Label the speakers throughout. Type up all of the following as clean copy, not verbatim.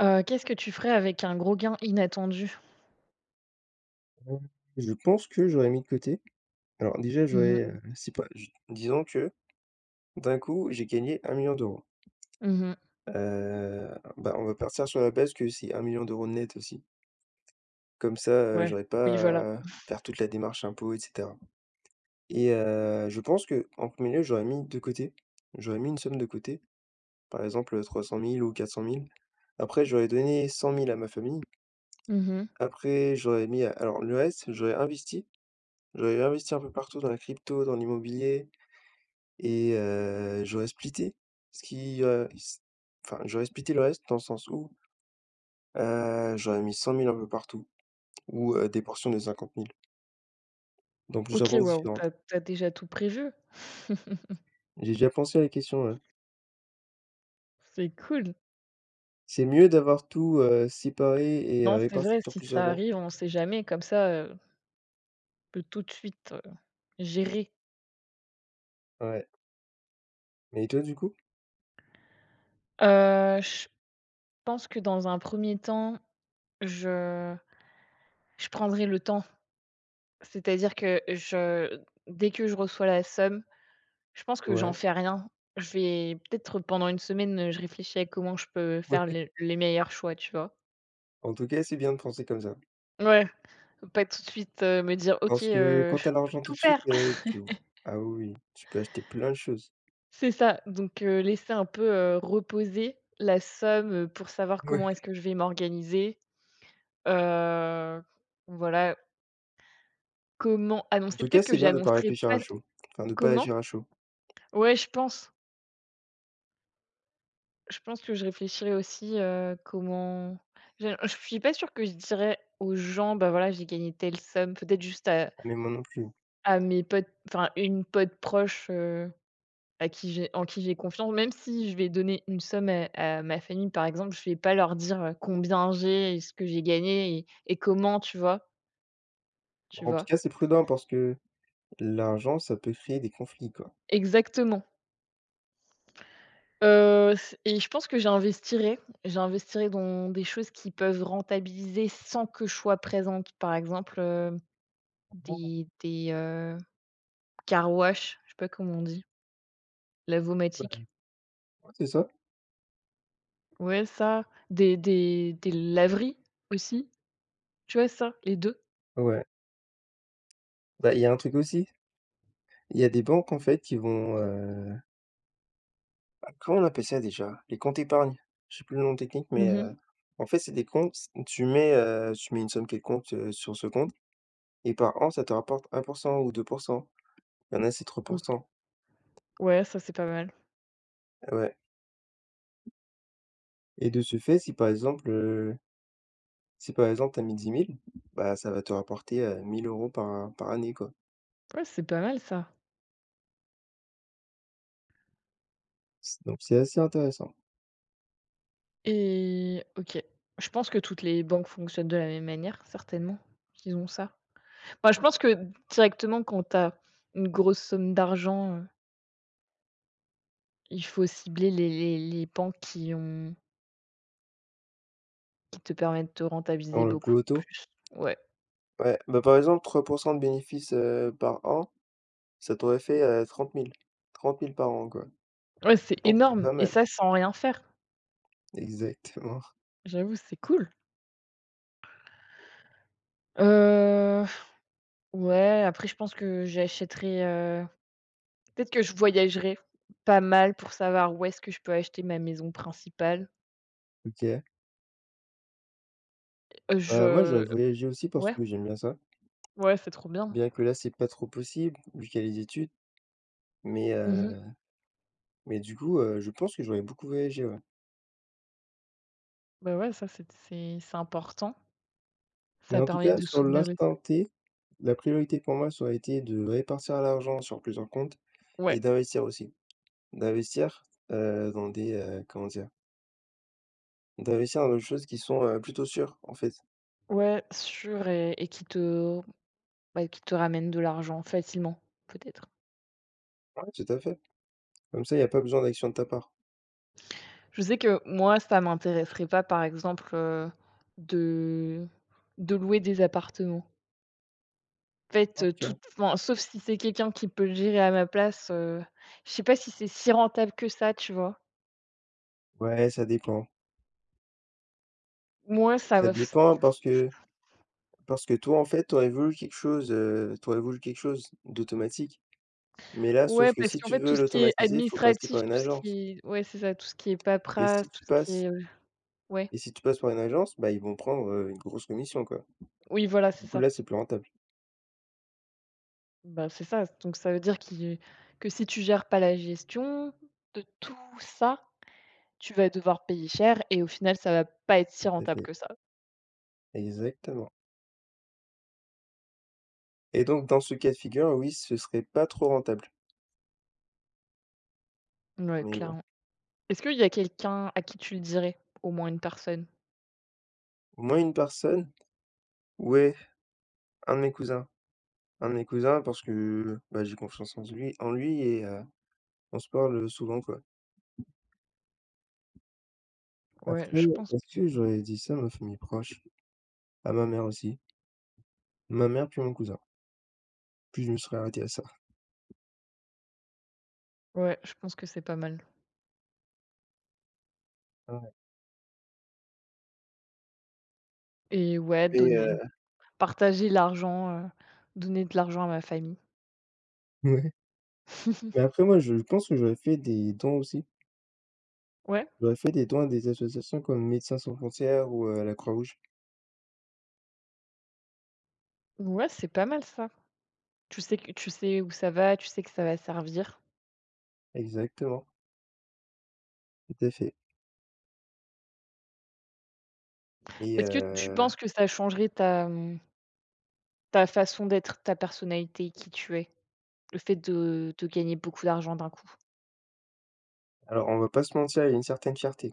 Speaker 1: Qu'est-ce que tu ferais avec un gros gain inattendu?
Speaker 2: Heu, je pense que j'aurais mis de côté. Alors déjà,
Speaker 1: Mmh mh.
Speaker 2: j'aurais, c'est pas j disons que d'un coup, j'ai gagné un million d'euros. €.
Speaker 1: Mmh.
Speaker 2: Heu, Bah, on va partir sur la base que c'est un million d'euros net aussi. Comme ça,
Speaker 1: Ouais,
Speaker 2: j'aurais
Speaker 1: oui, voilà.
Speaker 2: pas à faire toute la démarche impôts et cetera et je pense qu'en 1er lieu, j'aurais mis de côté. J'aurais mis une somme de côté, par exemple, 300 000 ou 400 000. Après, j'aurais donné 100 000 à ma famille.
Speaker 1: Mmh.
Speaker 2: Après, j'aurais mis alors le reste, j'aurais investi. J'aurais investi un peu partout dans la crypto, dans l'immobilier. Et j'aurais splitté ce qui, s enfin, j'aurais splitté le reste dans le sens où, j'aurais mis 100 000 un peu partout ou, des portions de 50 000 dans plusieurs
Speaker 1: OK,
Speaker 2: banques
Speaker 1: waouh, t'as
Speaker 2: différentes.
Speaker 1: as déjà tout prévu.
Speaker 2: J'ai déjà pensé à la question, ouais.
Speaker 1: C'est cool.
Speaker 2: C'est mieux d'avoir tout, séparé et
Speaker 1: Non, c'est
Speaker 2: réparti
Speaker 1: vrai,
Speaker 2: sur
Speaker 1: si
Speaker 2: plusieurs
Speaker 1: ça
Speaker 2: banques.
Speaker 1: arrive, on sait jamais comme ça, on peut tout de suite, gérer.
Speaker 2: Ouais. Mais toi, du coup?
Speaker 1: Je pense que dans un premier temps, je je prendrai le temps. C'est-à-dire que je dès que je reçois la somme, je pense que j'en
Speaker 2: Ouais,
Speaker 1: fais rien. Je vais peut-être pendant une semaine, je réfléchis à comment je peux faire
Speaker 2: ouais.
Speaker 1: les meilleurs choix, tu vois?
Speaker 2: En tout cas, c'est bien de penser comme ça.
Speaker 1: Ouais, faut pas tout de suite, me dire: «OK,
Speaker 2: Parce que quand
Speaker 1: je
Speaker 2: t'as
Speaker 1: peux
Speaker 2: l'argent
Speaker 1: tout
Speaker 2: tout de suite,
Speaker 1: faire».
Speaker 2: tu ah oui, oui, tu peux acheter plein de choses.
Speaker 1: C'est ça, donc laisser un peu, reposer la somme, pour savoir comment est-ce
Speaker 2: Ouais.
Speaker 1: que je vais m'organiser. Heu, voilà, comment
Speaker 2: En
Speaker 1: annoncer?
Speaker 2: tout cas,
Speaker 1: Peut-être que
Speaker 2: c'est bien de pas
Speaker 1: j'annoncerai
Speaker 2: réfléchir à
Speaker 1: pas
Speaker 2: chaud, enfin de pas
Speaker 1: comment?
Speaker 2: agir à chaud.
Speaker 1: Ouais, je pense. Je pense que je réfléchirai aussi, comment je suis pas sûre que je dirais aux gens: «Bah, voilà, j'ai gagné telle somme». Peut-être juste à
Speaker 2: Ah, mais moi non plus.
Speaker 1: à mes potes, enfin, une pote proche, à qui j'ai en qui j'ai confiance, même si je vais donner une somme à ma famille, par exemple, je vais pas leur dire, combien j'ai et ce que j'ai gagné et comment, tu vois? Tu
Speaker 2: En tout
Speaker 1: vois?
Speaker 2: cas, c'est prudent parce que l'argent, ça peut créer des conflits, quoi.
Speaker 1: Exactement. C et je pense que j'investirai. J'investirai dans des choses qui peuvent rentabiliser sans que je sois présente. Par exemple,
Speaker 2: Ah,
Speaker 1: des car wash, je sais pas comment on dit?
Speaker 2: bah,
Speaker 1: Lavomatique?
Speaker 2: ouais, c'est ça.
Speaker 1: Ouais, ça. Des laveries aussi, tu vois ça? Les 2.
Speaker 2: Ouais. Bah, il y a un truc aussi, il y a des banques, en fait, qui vont, ah, comment on appelle ça déjà? Les comptes épargne. Je sais plus le nom technique, mais
Speaker 1: Mmh.
Speaker 2: en fait, c'est des comptes, tu mets une somme quelconque, sur ce compte. Et par an, ça te rapporte 1 ou 2. Il y en a, c'est 3.
Speaker 1: OK. Ouais, ça, c'est pas mal.
Speaker 2: Ouais, et de ce fait, si par exemple, t'as mis 10 000, bah, ça va te rapporter, 1 000 par année, quoi.
Speaker 1: Ouais, c'est pas mal ça
Speaker 2: C Donc c'est assez intéressant.
Speaker 1: et OK. Je pense que toutes les banques fonctionnent de la même manière, certainement, ils ont ça. Bah, je pense que directement quand tu as une grosse somme d'argent, il faut cibler les banques qui te permettent de te rentabiliser
Speaker 2: Dans le
Speaker 1: beaucoup
Speaker 2: plus haut taux.
Speaker 1: plus. Ouais.
Speaker 2: Ouais, bah, par exemple, 3 de bénéfices, par an, ça t'aurait fait, 30 000. 30 000 par an, quoi.
Speaker 1: Ouais, c'est
Speaker 2: Donc c'est
Speaker 1: énorme
Speaker 2: pas
Speaker 1: et
Speaker 2: mal.
Speaker 1: ça sans rien faire.
Speaker 2: Exactement.
Speaker 1: J'avoue, c'est cool. Heu, ouais, après je pense que j'achèterai, peut-être que je voyagerai pas mal pour savoir où est-ce que je peux acheter ma maison principale.
Speaker 2: OK. Bah, moi, j'aurais
Speaker 1: Je.
Speaker 2: voyagé aussi parce
Speaker 1: Ouais,
Speaker 2: que j'aime bien ça.
Speaker 1: ouais, c'est trop bien.
Speaker 2: Bien que là, c'est pas trop possible vu qu'il y a les études, mais
Speaker 1: Mmh.
Speaker 2: heu mais du coup, je pense que j'aurais beaucoup voyagé, ouais.
Speaker 1: Bah, ouais, ça, c'est important.
Speaker 2: Mais
Speaker 1: Ça
Speaker 2: en tout
Speaker 1: permet
Speaker 2: cas,
Speaker 1: de
Speaker 2: sur
Speaker 1: s'ouvrir l'esprit.
Speaker 2: l'instant T, la priorité pour moi, ça aurait été de répartir l'argent sur plusieurs comptes
Speaker 1: Ouais,
Speaker 2: et d'investir aussi. D'investir, dans des, comment dire? D'investir dans des choses qui sont, plutôt sûres, en fait.
Speaker 1: ouais, sûr et qui te ramène de l'argent facilement, peut-être.
Speaker 2: Ouais, tout à fait. Comme ça, il y a pas besoin d'action de ta part.
Speaker 1: Je sais que moi, ça m'intéresserait pas, par exemple, de louer des appartements. En fait,
Speaker 2: OK.
Speaker 1: toute enfin, sauf si c'est quelqu'un qui peut le gérer à ma place, je sais pas si c'est si rentable que ça, tu vois?
Speaker 2: Ouais, ça dépend.
Speaker 1: Moi, ça
Speaker 2: Ça
Speaker 1: va.
Speaker 2: dépend parce que toi, en fait, tu aurais voulu quelque chose d'automatique. Mais là,
Speaker 1: Ouais,
Speaker 2: sauf que
Speaker 1: parce
Speaker 2: si
Speaker 1: qu'en
Speaker 2: tu
Speaker 1: fait,
Speaker 2: veux
Speaker 1: tout ce qui est
Speaker 2: l'automatiser, il faut passer par
Speaker 1: administratif,
Speaker 2: une
Speaker 1: tout ce qui
Speaker 2: agence
Speaker 1: est... ouais, c'est ça, tout ce qui est
Speaker 2: et si
Speaker 1: paperasse, tout
Speaker 2: tu
Speaker 1: ce qui
Speaker 2: passes
Speaker 1: est, ouais.
Speaker 2: et si tu passes par une agence, bah, ils vont prendre, une grosse commission, quoi.
Speaker 1: Oui, voilà, c'est
Speaker 2: Du coup,
Speaker 1: ça.
Speaker 2: là, c'est plus rentable.
Speaker 1: Bah, c'est ça, donc ça veut dire qu'il que si tu gères pas la gestion de tout ça, tu vas devoir payer cher et au final, ça va pas être si
Speaker 2: Tout à
Speaker 1: rentable
Speaker 2: fait,
Speaker 1: que ça.
Speaker 2: exactement. Et donc dans ce cas de figure, oui, ce serait pas trop rentable,
Speaker 1: Ouais,
Speaker 2: mais bon,
Speaker 1: clairement. Est-ce qu'il y a quelqu'un à qui tu le dirais? Au moins une personne?
Speaker 2: au moins une personne, ouais, un de mes cousins, parce que, bah, j'ai confiance en lui et on se parle souvent, quoi.
Speaker 1: Ouais,
Speaker 2: Après,
Speaker 1: je pense.
Speaker 2: est-ce que j'aurais dit ça à ma famille proche? À ma mère aussi. Ma mère puis mon cousin, puis je me serais arrêté à ça.
Speaker 1: Ouais, je pense que c'est pas mal
Speaker 2: Ouais,
Speaker 1: et ouais,
Speaker 2: mais heu,
Speaker 1: donner partager l'argent, donner de l'argent à ma famille.
Speaker 2: ouais, mais après moi, je pense que j'aurais fait des dons aussi.
Speaker 1: Ouais,
Speaker 2: J'aurais fait des dons à des associations comme Médecins sans frontières ou, la Croix-Rouge.
Speaker 1: ouais, c'est pas mal ça. Tu sais que tu sais où ça va, tu sais que ça va servir.
Speaker 2: Exactement, tout à fait et
Speaker 1: Est-ce que tu penses que ça changerait ta façon d'être, ta personnalité, qui tu es? Le fait de gagner beaucoup d'argent d'un coup?
Speaker 2: alors on va pas se mentir, il y a une certaine fierté.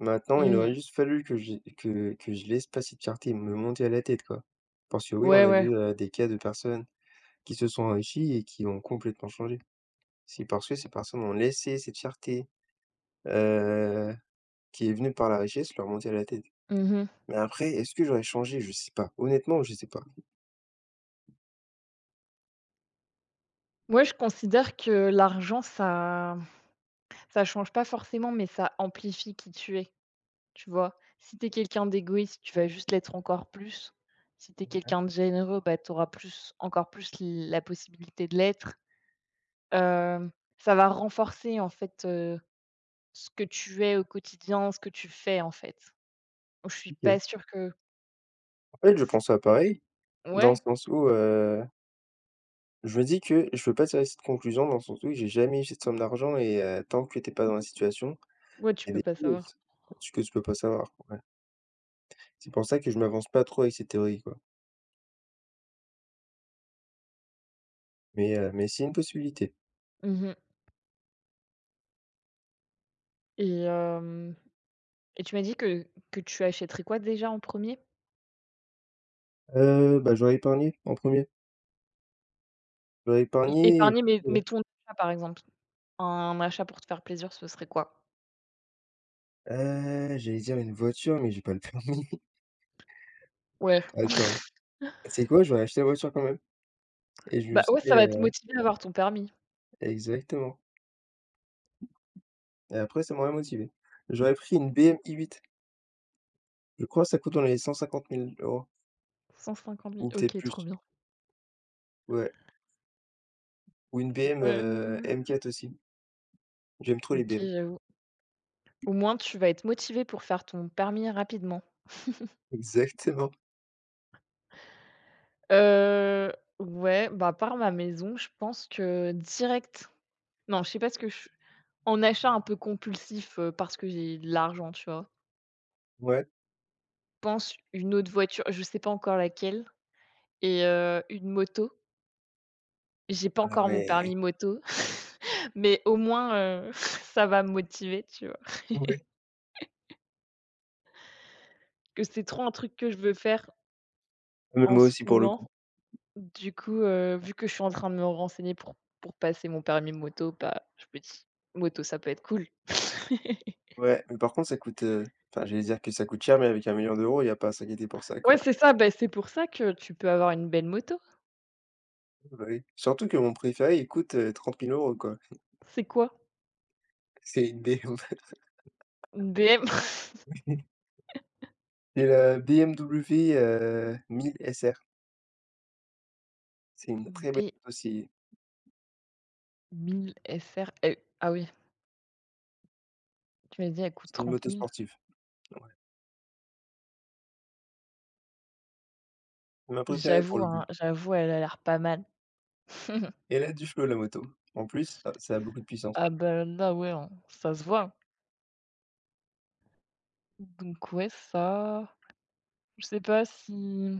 Speaker 2: Maintenant, il
Speaker 1: Mmh.
Speaker 2: aurait juste fallu que j'ai que je laisse pas cette fierté me monter à la tête, quoi. Parce que oui, on
Speaker 1: Ouais,
Speaker 2: a
Speaker 1: ouais.
Speaker 2: vu, des cas de personnes qui se sont enrichies et qui ont complètement changé. C'est parce que ces personnes ont laissé cette fierté, heu, qui est venue par la richesse, leur monter à la tête.
Speaker 1: Mmh mh.
Speaker 2: Mais après, est-ce que j'aurais changé? Je sais pas. Honnêtement, je sais pas.
Speaker 1: Ouais, je considère que l'argent, ça change pas forcément, mais ça amplifie qui tu es, tu vois? Si tu es quelqu'un d'égoïste, tu vas juste l'être encore plus. Si tu es quelqu'un de généreux, bah, tu auras plus encore plus la possibilité de l'être. Hem, ça va renforcer en fait, ce que tu es au quotidien, ce que tu fais, en fait. Je suis
Speaker 2: OK.
Speaker 1: pas sûre que
Speaker 2: En fait, je
Speaker 1: c'est.
Speaker 2: pense à pareil, dans le
Speaker 1: Ouais,
Speaker 2: sens où, je me dis que je veux pas tirer cette conclusion dans le sens où j'ai jamais eu cette somme d'argent et tant que tu es pas dans la situation,
Speaker 1: ouais, tu
Speaker 2: il y a
Speaker 1: peux
Speaker 2: des
Speaker 1: pas savoir.
Speaker 2: choses tu que tu peux pas savoir, ouais. C'est pour ça que je m'avance pas trop avec ces théories, quoi. Mais c'est une possibilité.
Speaker 1: Mmh et hem et tu m'as dit que tu achèterais quoi déjà en premier.
Speaker 2: Bah, j'aurais épargné en premier. J'aurais épargné.
Speaker 1: Épargner, mais ton achat, par exemple. Un achat pour te faire plaisir, ce serait quoi?
Speaker 2: J'allais dire une voiture, mais j'ai pas le permis.
Speaker 1: Ouais.
Speaker 2: Attends, tu sais quoi? J'aurais acheté la voiture quand même et je me
Speaker 1: Bah, ouais, ça
Speaker 2: serais,
Speaker 1: va te motiver à avoir ton permis.
Speaker 2: exactement et après ça m'aurait motivé. J'aurais pris une BM i8. Je crois que ça coûte dans les 150 000 euros
Speaker 1: 150 000.
Speaker 2: ou peut-être
Speaker 1: OK,
Speaker 2: plus.
Speaker 1: trop bien.
Speaker 2: Ouais, ou une BM,
Speaker 1: Ouais, ouais, ouais, ouais.
Speaker 2: M4 aussi. J'aime trop les
Speaker 1: OK,
Speaker 2: BM.
Speaker 1: j'avoue. Au moins, tu vas être motivé pour faire ton permis rapidement.
Speaker 2: Exactement,
Speaker 1: Heu, ouais, bah, par ma maison, je pense que direct. Non, je sais pas ce que je en achat un peu compulsif, parce que j'ai de l'argent, tu vois?
Speaker 2: ouais.
Speaker 1: Je pense une autre voiture, je sais pas encore laquelle et une moto. J'ai pas
Speaker 2: Ah
Speaker 1: encore mon
Speaker 2: ouais,
Speaker 1: permis moto, mais au moins, ça va me motiver, tu vois?
Speaker 2: ouais.
Speaker 1: Que c'est trop un truc que je veux faire
Speaker 2: Mais
Speaker 1: en
Speaker 2: moi
Speaker 1: ce
Speaker 2: aussi pour le
Speaker 1: moment.
Speaker 2: coup.
Speaker 1: Du coup, vu que je suis en train de me renseigner pour passer mon permis moto, bah, je me dis: «Moto, ça peut être cool».
Speaker 2: Ouais, mais par contre ça coûte, enfin j'allais dire que ça coûte cher, mais avec un million d'euros il y a pas à s'inquiéter pour ça,
Speaker 1: Ouais,
Speaker 2: quoi.
Speaker 1: c'est ça, bah, c'est pour ça que tu peux avoir une belle moto.
Speaker 2: Bah oui. Surtout que mon préféré il coûte, 30 000 euros quoi.
Speaker 1: C'est quoi?
Speaker 2: C'est une BM.
Speaker 1: Une BM?
Speaker 2: C'est la BMW, 1 000 SR. C'est une
Speaker 1: Une
Speaker 2: très belle
Speaker 1: B
Speaker 2: moto, c'est
Speaker 1: 1000 SR et ah oui, tu m'as dit elle coûte
Speaker 2: c'est une
Speaker 1: 30
Speaker 2: moto
Speaker 1: 000?
Speaker 2: sportive. Ouais, c'est ma préférée pour
Speaker 1: J'avoue,
Speaker 2: le
Speaker 1: hein,
Speaker 2: coup.
Speaker 1: j'avoue, elle a l'air pas mal.
Speaker 2: Et elle a du flow la moto. En plus, ça a beaucoup de puissance.
Speaker 1: Ah ben là, ouais, hein, ça se voit. Donc ouais, ça, je sais pas si je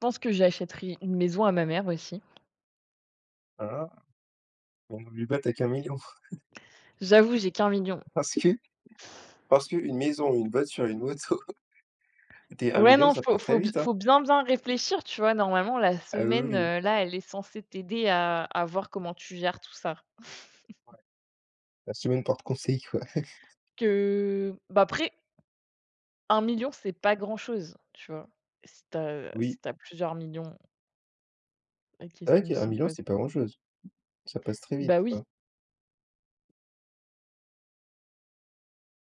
Speaker 1: pense que j'achèterai une maison à ma mère aussi.
Speaker 2: Ah, mais n'oublie pas, tu qu'un million
Speaker 1: J'avoue, j'ai qu'un million.
Speaker 2: parce que parce que une maison, une voiture, une moto, t'es un
Speaker 1: Ouais,
Speaker 2: million
Speaker 1: non,
Speaker 2: ça
Speaker 1: faut
Speaker 2: part très
Speaker 1: faut b
Speaker 2: vite, hein.
Speaker 1: faut bien, bien réfléchir, tu vois? Normalement, la
Speaker 2: Ah oui,
Speaker 1: semaine,
Speaker 2: oui, oui.
Speaker 1: là, elle est censée t'aider à voir comment tu gères tout ça.
Speaker 2: La semaine porte-conseil, quoi.
Speaker 1: Que Bah, après un million c'est pas grand-chose, tu vois? Si t'as si
Speaker 2: Oui,
Speaker 1: t'as plusieurs millions. La
Speaker 2: c'est vrai
Speaker 1: question
Speaker 2: que
Speaker 1: se
Speaker 2: 1
Speaker 1: pose.
Speaker 2: c'est pas grand-chose. Ça passe très vite,
Speaker 1: Bah oui,
Speaker 2: quoi.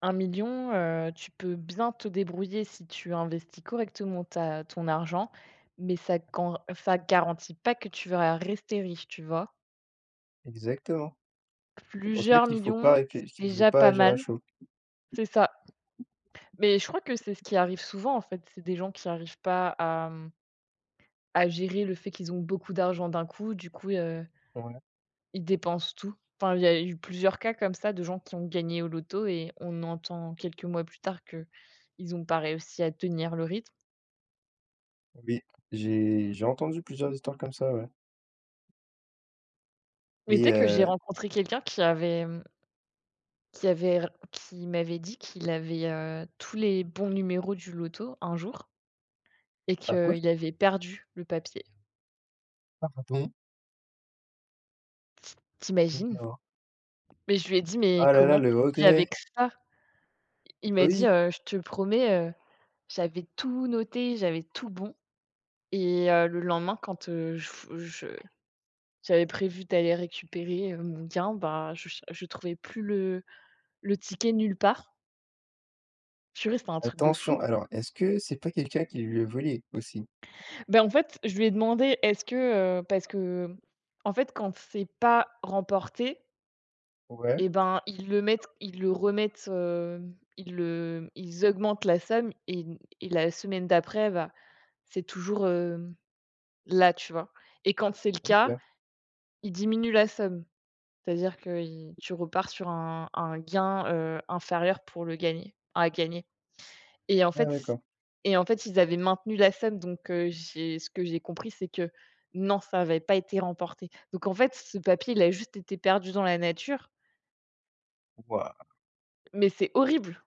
Speaker 1: un million 000, tu peux bien te débrouiller si tu investis correctement ta ton argent, mais ça garantit pas que tu vas rester riche, tu vois?
Speaker 2: Exactement. C'est pour ça
Speaker 1: Plusieurs millions, c'est
Speaker 2: qu'il faut
Speaker 1: déjà
Speaker 2: pas
Speaker 1: pas
Speaker 2: agir
Speaker 1: mal.
Speaker 2: à chaud.
Speaker 1: C'est ça. Mais je crois que c'est ce qui arrive souvent, en fait. C'est des gens qui arrivent pas à gérer le fait qu'ils ont beaucoup d'argent d'un coup, du coup,
Speaker 2: Ouais,
Speaker 1: ils dépensent tout. Enfin, il y a eu plusieurs cas comme ça de gens qui ont gagné au loto et on entend quelques mois plus tard que ils ont pas réussi à tenir le rythme.
Speaker 2: oui, j'ai entendu plusieurs histoires comme ça, ouais
Speaker 1: Mais tu
Speaker 2: et
Speaker 1: sais que j'ai rencontré quelqu'un qui avait, mmh, qui avait r qui m'avait dit qu'il avait, tous les bons numéros du loto un jour et
Speaker 2: ah ouais?
Speaker 1: qu'il avait perdu le papier.
Speaker 2: Pardon?
Speaker 1: T'imagines.
Speaker 2: Non.
Speaker 1: Mais je lui ai dit: «Mais
Speaker 2: Ah là là,
Speaker 1: comment
Speaker 2: le
Speaker 1: tu vis
Speaker 2: regret!
Speaker 1: avec ça?» Il
Speaker 2: Bah
Speaker 1: m'a dit:
Speaker 2: oui,
Speaker 1: Je te promets, j'avais tout noté, j'avais tout bon et le lendemain quand, je j'avais prévu d'aller récupérer, mon gain, bah, je trouvais plus le ticket nulle part. Purée, c'était un truc de fou.
Speaker 2: attention. Alors, est-ce que c'est pas quelqu'un qui lui a volé aussi?
Speaker 1: Ben en fait, je lui ai demandé: «Est-ce que», parce que, en fait, quand c'est pas remporté
Speaker 2: Ouais,
Speaker 1: et ben, ils le remettent, ils augmentent la somme et la semaine d'après, bah, c'est toujours, là, tu vois? Et quand c'est le cas,
Speaker 2: OK.
Speaker 1: ils diminuent la somme. C'est-à-dire que il tu repars sur un gain, inférieur pour le gagner à gagner et en
Speaker 2: Ah
Speaker 1: fait
Speaker 2: d'accord.
Speaker 1: et en fait, ils avaient maintenu la somme donc j'ai ce que j'ai compris, c'est que non, ça avait pas été remporté. Donc en fait, ce papier, il a juste été perdu dans la nature,
Speaker 2: Waouh!
Speaker 1: mais c'est horrible.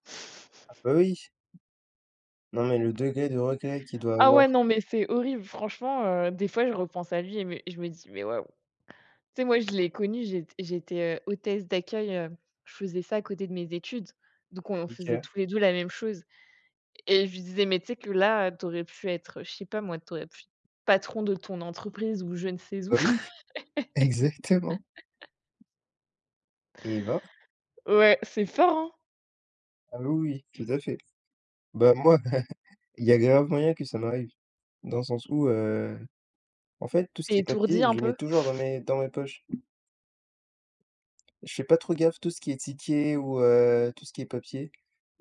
Speaker 2: Ah bah oui! Non mais le degré de regret qu'il doit
Speaker 1: Ah
Speaker 2: avoir.
Speaker 1: ouais, non, mais c'est horrible. Franchement, des fois, je repense à lui et me je me dis: «Mais waouh!» Tu sais, moi, je l'ai connu, j'étais, hôtesse d'accueil, je faisais ça à côté de mes études, donc on faisait
Speaker 2: OK.
Speaker 1: tous les 2 la même chose. Et je lui disais: «Mais tu sais que là, t'aurais pu être, je sais pas moi, t'aurais aurais pu être patron de ton entreprise ou je ne sais où».
Speaker 2: Bah oui, exactement et bah
Speaker 1: Ouais, c'est fort, hein?
Speaker 2: ah oui, oui, tout à fait. Bah moi, il y a grave moyen que ça m'arrive, dans le sens où, en fait, tout ce
Speaker 1: T'es
Speaker 2: qui est
Speaker 1: étourdi
Speaker 2: papier,
Speaker 1: un
Speaker 2: je le mets
Speaker 1: peu?
Speaker 2: toujours dans mes poches. Je fais pas trop gaffe, tout ce qui est tickets ou tout ce qui est papier,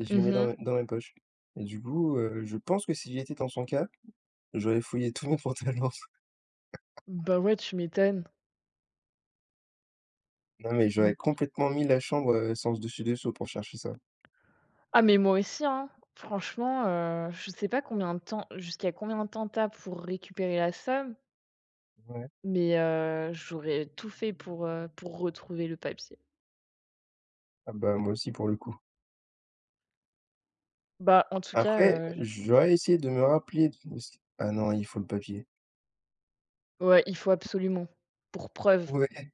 Speaker 2: je les mets dans
Speaker 1: Mmh.
Speaker 2: mes dans mes poches et du coup, je pense que si j'étais dans son cas, j'aurais fouillé tous mes pantalons.
Speaker 1: Bah ouais, tu m'étonnes.
Speaker 2: Non, mais j'aurais
Speaker 1: Mmh.
Speaker 2: complètement mis la chambre, sans dessus dessous pour chercher ça.
Speaker 1: Ah mais moi aussi, hein. Franchement, je sais pas combien de temps jusqu'à combien de temps t'as pour récupérer la somme,
Speaker 2: Ouais.
Speaker 1: mais j'aurais tout fait pour retrouver le papier.
Speaker 2: Ah bah, moi aussi pour le coup.
Speaker 1: Bah en tout cas,
Speaker 2: Après, j'aurais essayé de me rappeler de ah non, il faut le papier.
Speaker 1: ouais, il faut absolument. Pour preuve.
Speaker 2: Ouais.